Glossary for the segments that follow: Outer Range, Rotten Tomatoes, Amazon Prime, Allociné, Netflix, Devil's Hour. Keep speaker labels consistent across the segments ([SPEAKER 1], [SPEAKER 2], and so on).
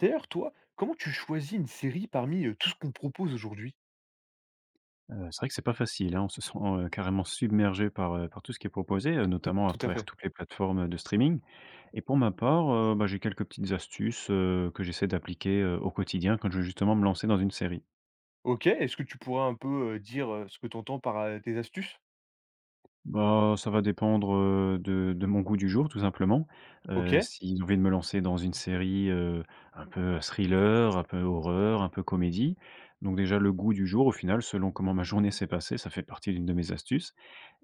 [SPEAKER 1] D'ailleurs, toi, comment tu choisis une série parmi, tout ce qu'on propose aujourd'hui?
[SPEAKER 2] C'est vrai que c'est pas facile, hein. On se sent, carrément submergé par tout ce qui est proposé, notamment à
[SPEAKER 1] Tout à
[SPEAKER 2] travers
[SPEAKER 1] fait.
[SPEAKER 2] toutes les plateformes, de streaming, et pour ma part, bah, j'ai quelques petites astuces, que j'essaie d'appliquer, au quotidien quand je veux justement me lancer dans une série.
[SPEAKER 1] OK, est-ce que tu pourrais un peu, dire, ce que tu entends par, tes astuces?
[SPEAKER 2] Bah, ça va dépendre, de mon goût du jour, tout simplement. Heu,
[SPEAKER 1] OK,
[SPEAKER 2] si j'ai envie de me lancer dans une série, un peu thriller, un peu horreur, un peu comédie, donc déjà le goût du jour au final selon comment ma journée s'est passée, ça fait partie d'une de mes astuces.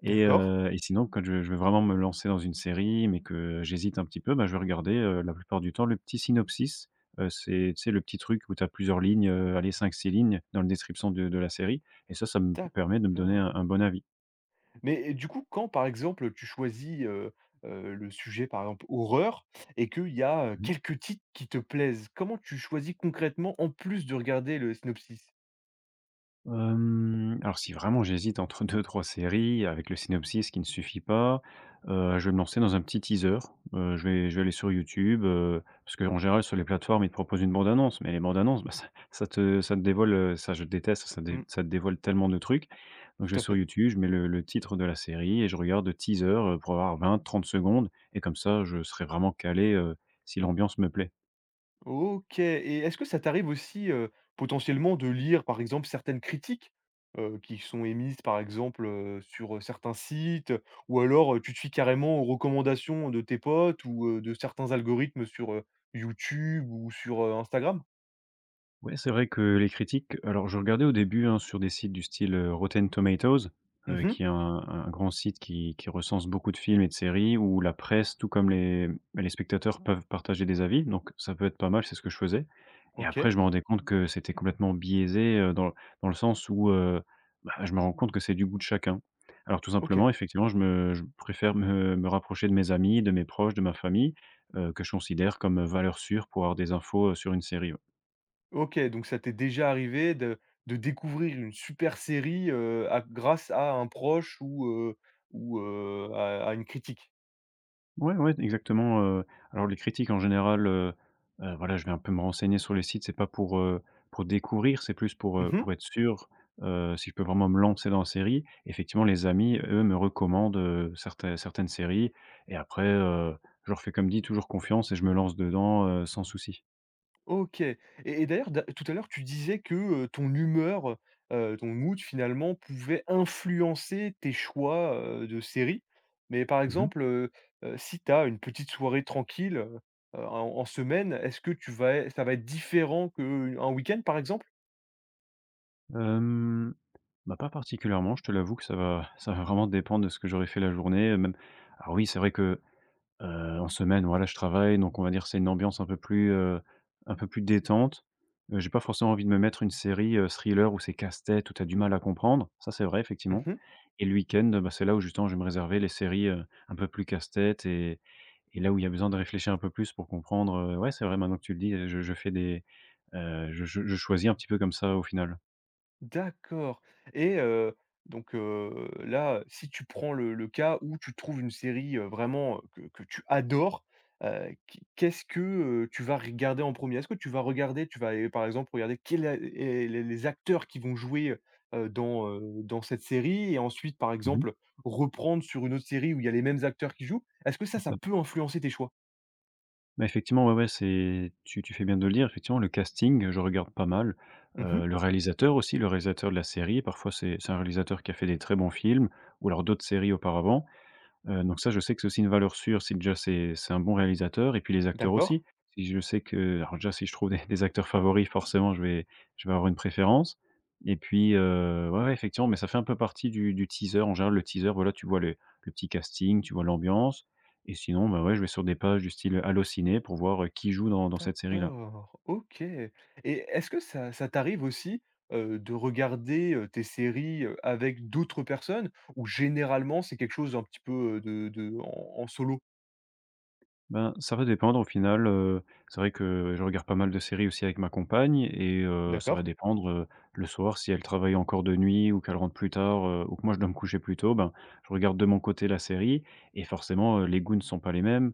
[SPEAKER 2] Et
[SPEAKER 1] d'accord,
[SPEAKER 2] heu, et sinon quand je veux vraiment me lancer dans une série, mais que j'hésite un petit peu, bah, je vais regarder, la plupart du temps, le petit synopsis. C'est, tu sais, le petit truc où tu as plusieurs lignes, allez 5-6 lignes dans la description de la série, et ça me permet de me donner un
[SPEAKER 1] d'accord.
[SPEAKER 2] bon avis.
[SPEAKER 1] Mais du coup, quand, par exemple, tu choisis, le sujet, par exemple, horreur, et qu'il y a,
[SPEAKER 2] Mmh.
[SPEAKER 1] quelques titres qui te plaisent, comment tu choisis concrètement en plus de regarder le synopsis?
[SPEAKER 2] Alors si vraiment j'hésite entre deux trois séries avec le synopsis qui ne suffit pas, je vais me lancer dans un petit teaser. Je vais aller sur YouTube, parce qu'en général sur les plateformes, ils te proposent une bande annonce, mais les bandes annonces, bah, ça te dévoile, ça, je déteste,
[SPEAKER 1] Mmh,
[SPEAKER 2] ça te dévoile tellement de trucs. Donc je vais
[SPEAKER 1] tout à
[SPEAKER 2] sur
[SPEAKER 1] fait.
[SPEAKER 2] YouTube, je mets le titre de la série, et je regarde le teaser, pour avoir 20-30 secondes, et comme ça je serai vraiment calé, si l'ambiance me plaît.
[SPEAKER 1] OK, et est-ce que ça t'arrive aussi, potentiellement de lire, par exemple, certaines critiques, qui sont émises, par exemple, sur, certains sites? Ou alors, tu te fies carrément aux recommandations de tes potes ou, de certains algorithmes sur, YouTube ou sur, Instagram?
[SPEAKER 2] Ouais, c'est vrai que les critiques, alors, je regardais au début, hein, sur des sites du style, Rotten Tomatoes,
[SPEAKER 1] Mmh.
[SPEAKER 2] qui est un grand site qui recense beaucoup de films et de séries, où la presse, tout comme les spectateurs, peuvent partager des avis. Donc ça peut être pas mal, c'est ce que je faisais, et après,
[SPEAKER 1] OK,
[SPEAKER 2] je me rendais compte que c'était complètement biaisé, dans le sens où, bah, je me rends compte que c'est du goût de chacun. Alors, tout
[SPEAKER 1] OK,
[SPEAKER 2] simplement, effectivement, je préfère me rapprocher de mes amis, de mes proches, de ma famille, que je considère comme valeur sûre pour avoir des infos, sur une série, ouais.
[SPEAKER 1] OK, donc ça t'est déjà arrivé de découvrir une super série, à grâce à un proche ou, à une critique?
[SPEAKER 2] Ouais, ouais, exactement. Alors les critiques en général, voilà, je vais un peu me renseigner sur les sites. C'est pas pour découvrir, c'est plus pour, heu,
[SPEAKER 1] Mmh.
[SPEAKER 2] pour être sûr, si je peux vraiment me lancer dans la série. Effectivement, les amis, eux, me recommandent, certains certaines séries, et après, je leur fais, comme dit, toujours confiance, et je me lance dedans, sans souci.
[SPEAKER 1] OK. Et d'ailleurs, da tout à l'heure tu disais que, ton humeur, ton mood finalement pouvait influencer tes choix, de séries. Mais par
[SPEAKER 2] Mmh mh.
[SPEAKER 1] exemple, si tu as une petite soirée tranquille, en semaine, est-ce que tu vas ça va être différent qu'un week-end par exemple?
[SPEAKER 2] Bah, pas particulièrement, je te l'avoue que ça va ça va vraiment dépendre de ce que j'aurais fait la journée, même. Alors, oui, c'est vrai que… En semaine, voilà, je travaille, donc on va dire c'est une ambiance un peu plus, détente. J'ai pas forcément envie de me mettre une série, thriller, où c'est casse-tête, où t'as du mal à comprendre. Ça, c'est vrai, effectivement.
[SPEAKER 1] Mmh.
[SPEAKER 2] Et le week-end, bah, c'est là où justement je vais me réserver les séries, un peu plus casse-tête, et là où il y a besoin de réfléchir un peu plus pour comprendre. Ouais, c'est vrai, maintenant que tu le dis, je fais des, je choisis un petit peu comme ça, au final.
[SPEAKER 1] D'accord, et donc là, si tu prends le cas où tu trouves une série, vraiment, que tu adores, qu'est-ce que, tu vas regarder en premier. Est-ce que tu vas regarder Par exemple, regarder quel a est les acteurs qui vont jouer, dans, dans cette série et ensuite, par
[SPEAKER 2] Mmh.
[SPEAKER 1] exemple, reprendre sur une autre série où il y a les mêmes acteurs qui jouent? Est-ce que ça,
[SPEAKER 2] C'est ça.
[SPEAKER 1] ça peut influencer tes choix?
[SPEAKER 2] Bah, effectivement, ouais, ouais, c'est tu tu fais bien de le dire. Effectivement, le casting, je regarde pas mal.
[SPEAKER 1] Mmh.
[SPEAKER 2] Le réalisateur aussi, le réalisateur de la série, parfois c'est un réalisateur qui a fait des très bons films, ou alors d'autres séries auparavant. Donc ça, je sais que c'est aussi une valeur sûre, c'est déjà c'est un bon réalisateur, et puis les acteurs
[SPEAKER 1] D'accord.
[SPEAKER 2] aussi. Si je sais que, alors, déjà, si je trouve des acteurs favoris, forcément, je vais avoir une préférence. Et puis, ouais, ouais, effectivement, mais ça fait un peu partie du teaser. En général, le teaser, voilà, tu vois le petit casting, tu vois l'ambiance, et sinon, bah, ouais, je vais sur des pages du style Allociné pour voir, qui joue dans cette série-là.
[SPEAKER 1] D'accord, OK. Et est-ce que ça t'arrive aussi, de regarder, tes séries, avec d'autres personnes, ou généralement c'est quelque chose un petit peu, de en solo?
[SPEAKER 2] Ben, ça va dépendre au final. C'est vrai que je regarde pas mal de séries aussi avec ma compagne, et ça
[SPEAKER 1] D'accord,
[SPEAKER 2] va dépendre, le soir, si elle travaille encore de nuit, ou qu'elle rentre plus tard, ou que moi je dois me coucher plus tôt. Ben, je regarde de mon côté la série, et forcément, les goûts ne sont pas les mêmes.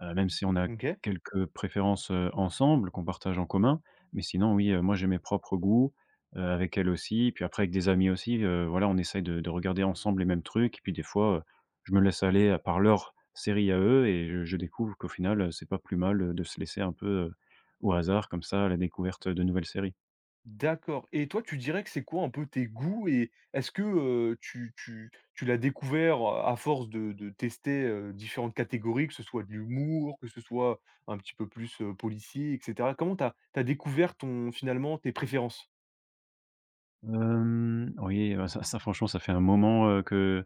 [SPEAKER 2] Même si on a
[SPEAKER 1] OK,
[SPEAKER 2] quelques préférences, ensemble, qu'on partage en commun, mais sinon, oui, moi, j'ai mes propres goûts, avec elle aussi, puis après avec des amis aussi. Voilà, on essaye de regarder ensemble les mêmes trucs, et puis des fois, je me laisse aller à par leurs séries à eux, et je découvre qu'au final, c'est pas plus mal, de se laisser un peu, au hasard comme ça, à la découverte de nouvelles séries.
[SPEAKER 1] d'accord, et toi tu dirais que c'est quoi un peu tes goûts? Et est-ce que, tu l'as découvert, à force de tester, différentes catégories, que ce soit de l'humour, que ce soit un petit peu plus, policier, et cetera? Comment t'as, as découvert ton finalement tes préférences?
[SPEAKER 2] Oui, ça franchement, ça fait un moment, heu, que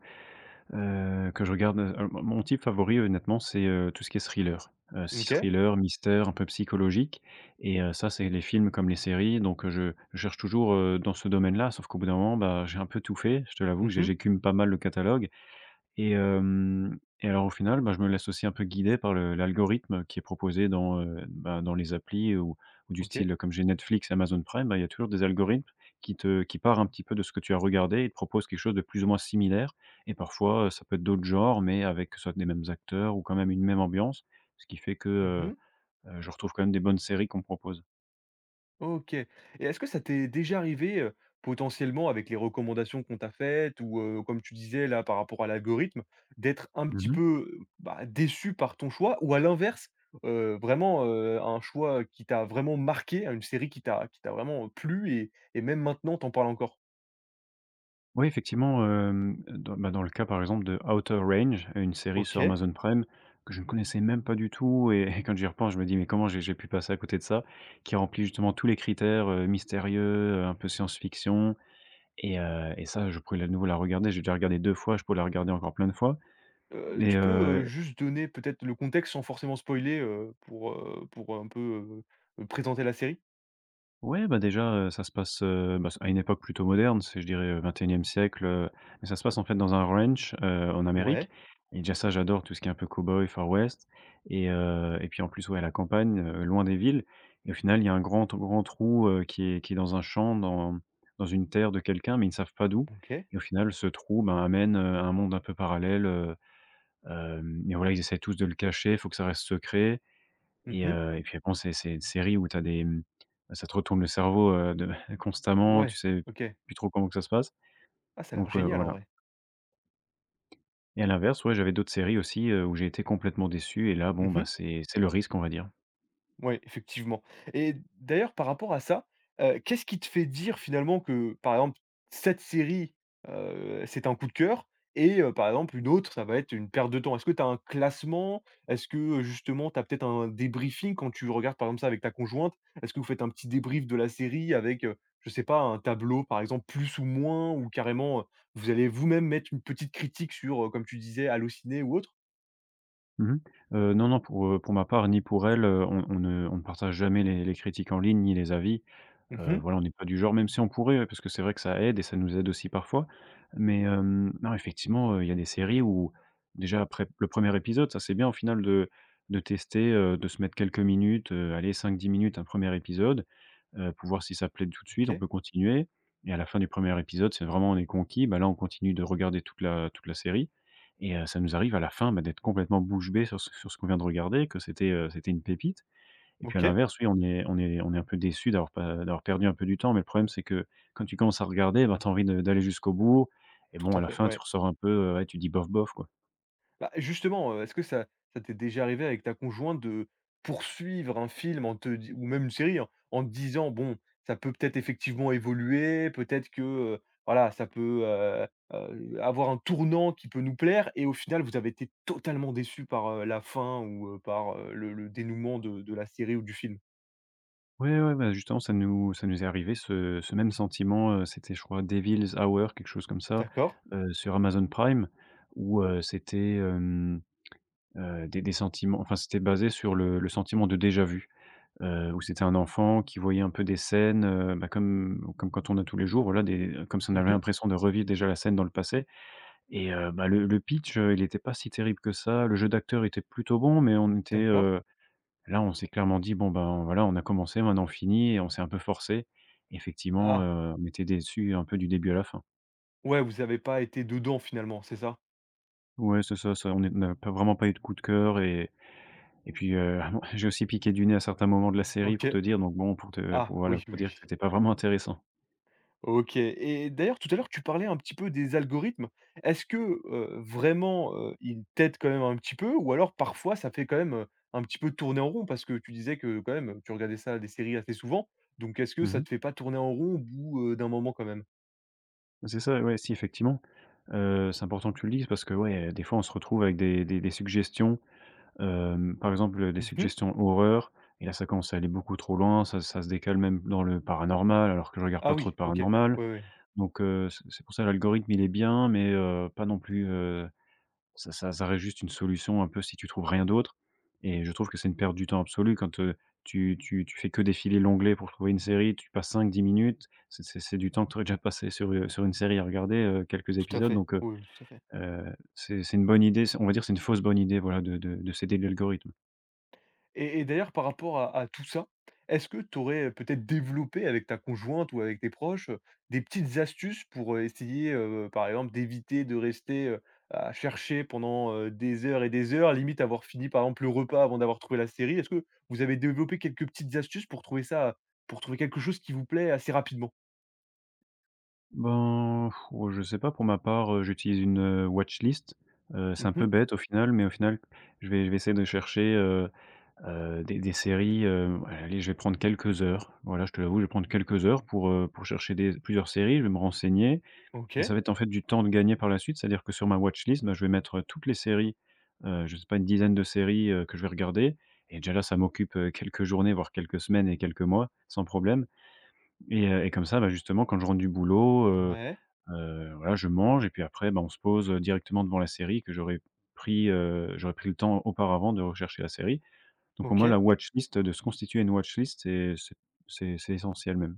[SPEAKER 2] Heu, que je regarde. Mon type favori, honnêtement, c'est, tout ce qui est thriller. S
[SPEAKER 1] OK.
[SPEAKER 2] Thriller, mystère, un peu psychologique, et ça, c'est les films comme les séries. Donc, je cherche toujours, dans ce domaine-là, sauf qu'au bout d'un moment, bah, j'ai un peu tout fait, je te l'avoue,
[SPEAKER 1] Mmh.
[SPEAKER 2] j'écume pas mal le catalogue. Et alors, au final, bah, je me laisse aussi un peu guider par le l'algorithme qui est proposé dans, bah, dans les applis, ou du
[SPEAKER 1] OK.
[SPEAKER 2] style, comme j'ai Netflix, Amazon Prime, bah, il y a toujours des algorithmes qui partent un petit peu de ce que tu as regardé, et te propose quelque chose de plus ou moins similaire. Et parfois, ça peut être d'autres genres, mais avec soit des mêmes acteurs, ou quand même une même ambiance, ce qui fait que,
[SPEAKER 1] Mmh.
[SPEAKER 2] je retrouve quand même des bonnes séries qu'on me propose.
[SPEAKER 1] OK. Et est-ce que ça t'est déjà arrivé, potentiellement avec les recommandations qu'on t'a faites, ou, comme tu disais là par rapport à l'algorithme, d'être un petit
[SPEAKER 2] Mmh.
[SPEAKER 1] peu, bah, déçu par ton choix, ou à l'inverse, vraiment, un choix qui t'a vraiment marqué, une série qui t'a vraiment plu, et même maintenant t'en parles encore?
[SPEAKER 2] Oui, effectivement. Hem, dans Bah, dans le cas, par exemple, de Outer Range, une série sur
[SPEAKER 1] OK.
[SPEAKER 2] Amazon Prime, que je ne connaissais même pas du tout, et et quand j'y repense, je me dis : « Mais comment j'ai pu passer à côté de ça ? », qui remplit justement tous les critères, mystérieux, un peu science-fiction. Et ça, je pourrais à nouveau la regarder. J'ai déjà regardé 2 fois, je pourrais la regarder encore plein de fois.
[SPEAKER 1] Heu,
[SPEAKER 2] et
[SPEAKER 1] tu peux,
[SPEAKER 2] heu
[SPEAKER 1] juste donner peut-être le contexte sans forcément spoiler, pour un peu, présenter la série?
[SPEAKER 2] Ouais, bah, déjà, ça se passe, bah, à une époque plutôt moderne, c'est, je dirais, 21e siècle, mais ça se passe en fait dans un ranch, en Amérique.
[SPEAKER 1] Ouais.
[SPEAKER 2] Et déjà, ça, j'adore tout ce qui est un peu cowboy, Far West, et puis en plus, ouais, la campagne, loin des villes. Et au final, il y a un grand grand trou, qui est dans un champ, dans une terre de quelqu'un, mais ils ne savent pas d'où.
[SPEAKER 1] OK.
[SPEAKER 2] Et au final, ce trou, ben, amène, un monde un peu parallèle. Hem Et voilà, ils essaient tous de le cacher, il faut que ça reste secret. et
[SPEAKER 1] Mmh.
[SPEAKER 2] heu et puis bon, c'est une série où t'as ça te retourne le cerveau, de constamment, tu
[SPEAKER 1] Ouais.
[SPEAKER 2] sais
[SPEAKER 1] OK.
[SPEAKER 2] plus trop comment que ça se passe.
[SPEAKER 1] Ah, ça a l'air
[SPEAKER 2] Donc,
[SPEAKER 1] génial en
[SPEAKER 2] voilà.
[SPEAKER 1] vrai.
[SPEAKER 2] Et à l'inverse, ouais, j'avais d'autres séries aussi, où j'ai été complètement déçu, et là, bon, bah,
[SPEAKER 1] Oui,
[SPEAKER 2] c'est le risque, on va dire.
[SPEAKER 1] effectivement, et d'ailleurs par rapport à ça, qu'est-ce qui te fait dire finalement que, par exemple, cette série, c'est un coup de cœur, et par exemple une autre, ça va être une perte de temps? Est-ce que tu as un classement? Est-ce que, justement tu as peut-être un débriefing quand tu regardes par exemple ça avec ta conjointe? Est-ce que vous faites un petit débrief de la série avec, je sais pas, un tableau par exemple plus ou moins, ou carrément, vous allez vous-même mettre une petite critique sur, comme tu disais, Allociné ou autre?
[SPEAKER 2] Mmh mh. Non, non, pour ma part, ni pour elle, on ne partage jamais les critiques en ligne, ni les avis.
[SPEAKER 1] Mmh.
[SPEAKER 2] Voilà, on n'est pas du genre, même si on pourrait, ouais, parce que c'est vrai que ça aide, et ça nous aide aussi parfois. Mais, non, effectivement, il y a des séries où déjà après le premier épisode, ça c'est bien au final de tester, de se mettre quelques minutes, allez 5-10 minutes un premier épisode pour voir si ça plaît tout de suite, on
[SPEAKER 1] OK,
[SPEAKER 2] peut continuer. Et à la fin du premier épisode, c'est vraiment on est conquis, bah, là, on continue de regarder toute la série. Et ça nous arrive à la fin, bah, d'être complètement bouche bée sur ce qu'on vient de regarder, que c'était une pépite. Et puis à
[SPEAKER 1] OK,
[SPEAKER 2] l'inverse, oui, on est un peu déçu d'avoir pas d'avoir perdu un peu du temps, mais le problème, c'est que quand tu commences à regarder, bah, tu as envie de d'aller jusqu'au bout. Et bon,
[SPEAKER 1] tout à
[SPEAKER 2] à la
[SPEAKER 1] fait,
[SPEAKER 2] fin, tu
[SPEAKER 1] ouais.
[SPEAKER 2] ressors un peu, ouais, tu dis: «Bof, bof», quoi.
[SPEAKER 1] Bah, justement, est-ce que ça t'est déjà arrivé avec ta conjointe de poursuivre un film en te di ou même une série, hein, en te disant: «Bon, ça peut peut-être effectivement évoluer, peut-être que, voilà, ça peut, avoir un tournant qui peut nous plaire», et au final, vous avez été totalement déçus par, la fin ou, par, le dénouement de la série ou du film?
[SPEAKER 2] Ouais, ouais, bah, justement, ça nous est arrivé ce même sentiment, c'était je crois Devil's Hour, quelque chose comme ça,
[SPEAKER 1] D'accord.
[SPEAKER 2] sur Amazon Prime où, des sentiments, enfin, c'était basé sur le sentiment de déjà vu, où c'était un enfant qui voyait un peu des scènes, bah, comme quand on a tous les jours, voilà, des comme si on avait
[SPEAKER 1] Mmh.
[SPEAKER 2] l'impression de revivre déjà la scène dans le passé. Et bah, le pitch, il était pas si terrible que ça. Le jeu d'acteur était plutôt bon, mais on était,
[SPEAKER 1] D'accord.
[SPEAKER 2] heu. Là, on s'est clairement dit: «Bon, ben, voilà, on a commencé, maintenant on finit», et on s'est un peu forcé. Effectivement,
[SPEAKER 1] Ah,
[SPEAKER 2] on était déçus un peu du début à la fin.
[SPEAKER 1] ouais, vous n'avez pas été dedans finalement, c'est ça?
[SPEAKER 2] Ouais, c'est ça, on n'a pas vraiment pas eu de coup de cœur. Et puis, j'ai aussi piqué du nez à certains moments de la série pour te
[SPEAKER 1] OK.
[SPEAKER 2] dire, donc bon, pour te pour
[SPEAKER 1] Ah,
[SPEAKER 2] voilà,
[SPEAKER 1] oui, oui,
[SPEAKER 2] pour dire que
[SPEAKER 1] oui.
[SPEAKER 2] c'était pas vraiment intéressant.
[SPEAKER 1] OK, et d'ailleurs, tout à l'heure, tu parlais un petit peu des algorithmes. Est-ce que, vraiment, ils t'aident quand même un petit peu, ou alors parfois ça fait quand même, un petit peu tourner en rond? Parce que tu disais que quand même, tu regardais ça, des séries assez souvent, donc est-ce que ça
[SPEAKER 2] Mmh.
[SPEAKER 1] te fait pas tourner en rond au bout, d'un moment quand même?
[SPEAKER 2] C'est ça, ouais, si effectivement, c'est important que tu le dises parce que, ouais, des fois, on se retrouve avec des suggestions. Par exemple, des
[SPEAKER 1] Mmh.
[SPEAKER 2] suggestions horreur, et là, ça commence à aller beaucoup trop loin, ça se décale même dans le paranormal, alors que je regarde
[SPEAKER 1] Ah
[SPEAKER 2] pas trop
[SPEAKER 1] oui,
[SPEAKER 2] de
[SPEAKER 1] OK.
[SPEAKER 2] paranormal.
[SPEAKER 1] Ouais, ouais,
[SPEAKER 2] Donc c'est pour ça, l'algorithme il est bien, mais pas non plus, ça reste juste une solution un peu si tu trouves rien d'autre. Et je trouve que c'est une perte du temps absolue quand, tu fais que défiler l'onglet pour trouver une série, tu passes 5, 10 minutes, c'est c'est du temps que tu aurais déjà passé sur une série à regarder, quelques
[SPEAKER 1] tout à
[SPEAKER 2] épisodes.
[SPEAKER 1] fait.
[SPEAKER 2] Donc
[SPEAKER 1] Oui, oui, tout à fait.
[SPEAKER 2] heu, c'est une bonne idée, c'est on va dire c'est une fausse bonne idée, voilà, de s'aider l'algorithme.
[SPEAKER 1] Et d'ailleurs, par rapport à tout ça, est-ce que tu aurais peut-être développé avec ta conjointe ou avec tes proches, des petites astuces pour, essayer, par exemple, d'éviter de rester, à chercher pendant, des heures et des heures, limite avoir fini, par exemple, le repas avant d'avoir trouvé la série? Est-ce que vous avez développé quelques petites astuces pour trouver ça pour trouver quelque chose qui vous plaît assez rapidement?
[SPEAKER 2] Ben, oh, je sais pas, pour ma part, j'utilise une, watchlist. C'est un peu
[SPEAKER 1] Mhm.
[SPEAKER 2] bête au final, mais au final, je vais essayer de chercher, des séries, allez, je vais prendre quelques heures. Voilà, je te l'avoue, je vais prendre quelques heures pour chercher des plusieurs séries, je vais me renseigner, et
[SPEAKER 1] OK.
[SPEAKER 2] ça va être en fait du temps de gagner par la suite. C'est-à-dire que sur ma watchlist, ben, je vais mettre toutes les séries, je sais pas, une dizaine de séries, que je vais regarder, et déjà là, ça m'occupe, quelques journées, voire quelques semaines et quelques mois sans problème. Et comme ça, bah, justement, quand je rentre du boulot,
[SPEAKER 1] Ouais.
[SPEAKER 2] Voilà, je mange et puis après, bah, on se pose, directement devant la série que j'aurais pris le temps auparavant de rechercher la série. Donc pour moi, la
[SPEAKER 1] OK.
[SPEAKER 2] watch list, de se constituer une watch list, c'est essentiel même.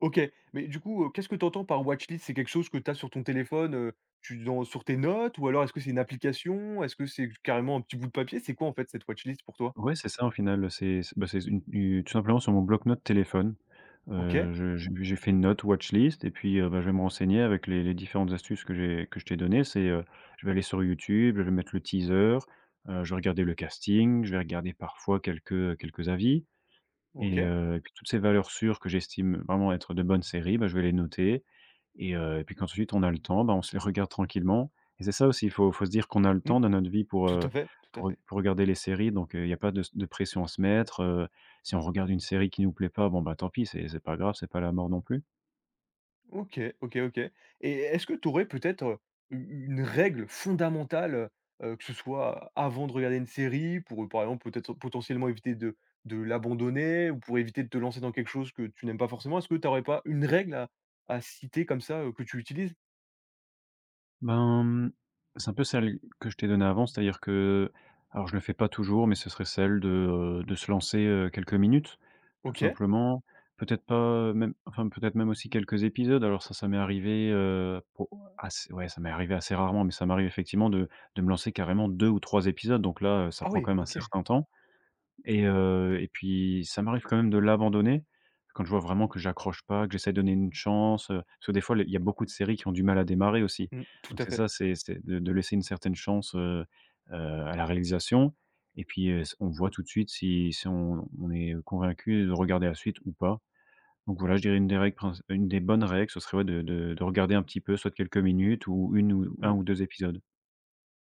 [SPEAKER 1] OK, mais du coup, qu'est-ce que tu entends par watchlist? C'est quelque chose que tu as sur ton téléphone, tu dans sur tes notes, ou alors est-ce que c'est une application? Est-ce que c'est carrément un petit bout de papier? C'est quoi en fait cette watchlist pour toi?
[SPEAKER 2] Ouais, c'est ça au final, bah, c'est une u tout simplement sur mon bloc-notes téléphone,
[SPEAKER 1] OK,
[SPEAKER 2] je j'ai fait une note watch list, et puis, bah, je vais me renseigner avec les différentes astuces que j'ai que je t'ai données. C'est, je vais aller sur YouTube, je vais mettre le teaser, je vais regarder le casting, je vais regarder parfois quelques avis.
[SPEAKER 1] OK,
[SPEAKER 2] Et puis toutes ces valeurs sûres que j'estime vraiment être de bonnes séries, bah, je vais les noter, et puis quand ensuite on a le temps, bah, on se les regarde tranquillement. Et c'est ça aussi, il faut se dire qu'on a le temps
[SPEAKER 1] mmh,
[SPEAKER 2] dans notre vie pour,
[SPEAKER 1] tout à fait, tout à fait.
[SPEAKER 2] pour regarder les séries. Donc il y a pas de pression à se mettre, si on regarde une série qui nous plaît pas, bon, bah, tant pis, c'est pas grave, c'est pas la mort non plus.
[SPEAKER 1] OK, OK, OK, et est-ce que tu aurais peut-être, une règle fondamentale, que ce soit avant de regarder une série pour, par exemple peut-être potentiellement éviter de l'abandonner, ou pour éviter de te lancer dans quelque chose que tu n'aimes pas forcément? Est-ce que tu n'aurais pas une règle à citer comme ça, que tu utilises?
[SPEAKER 2] Ben, c'est un peu celle que je t'ai donnée avant, c'est-à-dire que, alors je le fais pas toujours, mais ce serait celle de se lancer, quelques minutes, tout
[SPEAKER 1] OK.
[SPEAKER 2] simplement. Peut-être pas même, enfin, peut-être même aussi quelques épisodes. Alors ça m'est arrivé, pour assez ouais, ça m'est arrivé assez rarement, mais ça m'arrive effectivement de me lancer carrément 2 ou 3 épisodes, donc là, ça
[SPEAKER 1] Ah
[SPEAKER 2] prend quand
[SPEAKER 1] oui,
[SPEAKER 2] même un
[SPEAKER 1] OK.
[SPEAKER 2] certain temps. Et puis ça m'arrive quand même de l'abandonner quand je vois vraiment que j'accroche pas, que j'essaie de donner une chance, parce que des fois, il y a beaucoup de séries qui ont du mal à démarrer aussi.
[SPEAKER 1] Mmh, tout
[SPEAKER 2] Donc
[SPEAKER 1] à
[SPEAKER 2] c'est
[SPEAKER 1] fait.
[SPEAKER 2] ça, c'est de laisser une certaine chance, à la réalisation, et puis, on voit tout de suite si on est convaincu de regarder la suite ou pas. Donc voilà, je dirais une des bonnes règles, ce serait, ouais, de regarder un petit peu, soit quelques minutes, ou une ou un
[SPEAKER 1] Mmh.
[SPEAKER 2] ou 2 épisodes.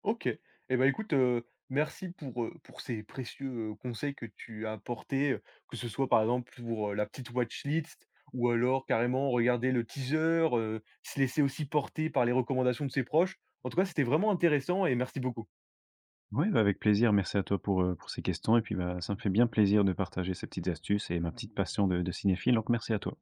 [SPEAKER 1] OK. Eh ben, écoute, merci pour ces précieux, conseils que tu as apportés, que ce soit par exemple pour, la petite watch list, ou alors carrément regarder le teaser, se laisser aussi porter par les recommandations de ses proches. En tout cas, c'était vraiment intéressant, et merci beaucoup.
[SPEAKER 2] Oui, bah, avec plaisir. Merci à toi pour ces questions, et puis, bah, ça me fait bien plaisir de partager ces petites astuces et ma petite passion de cinéphile, donc merci à toi.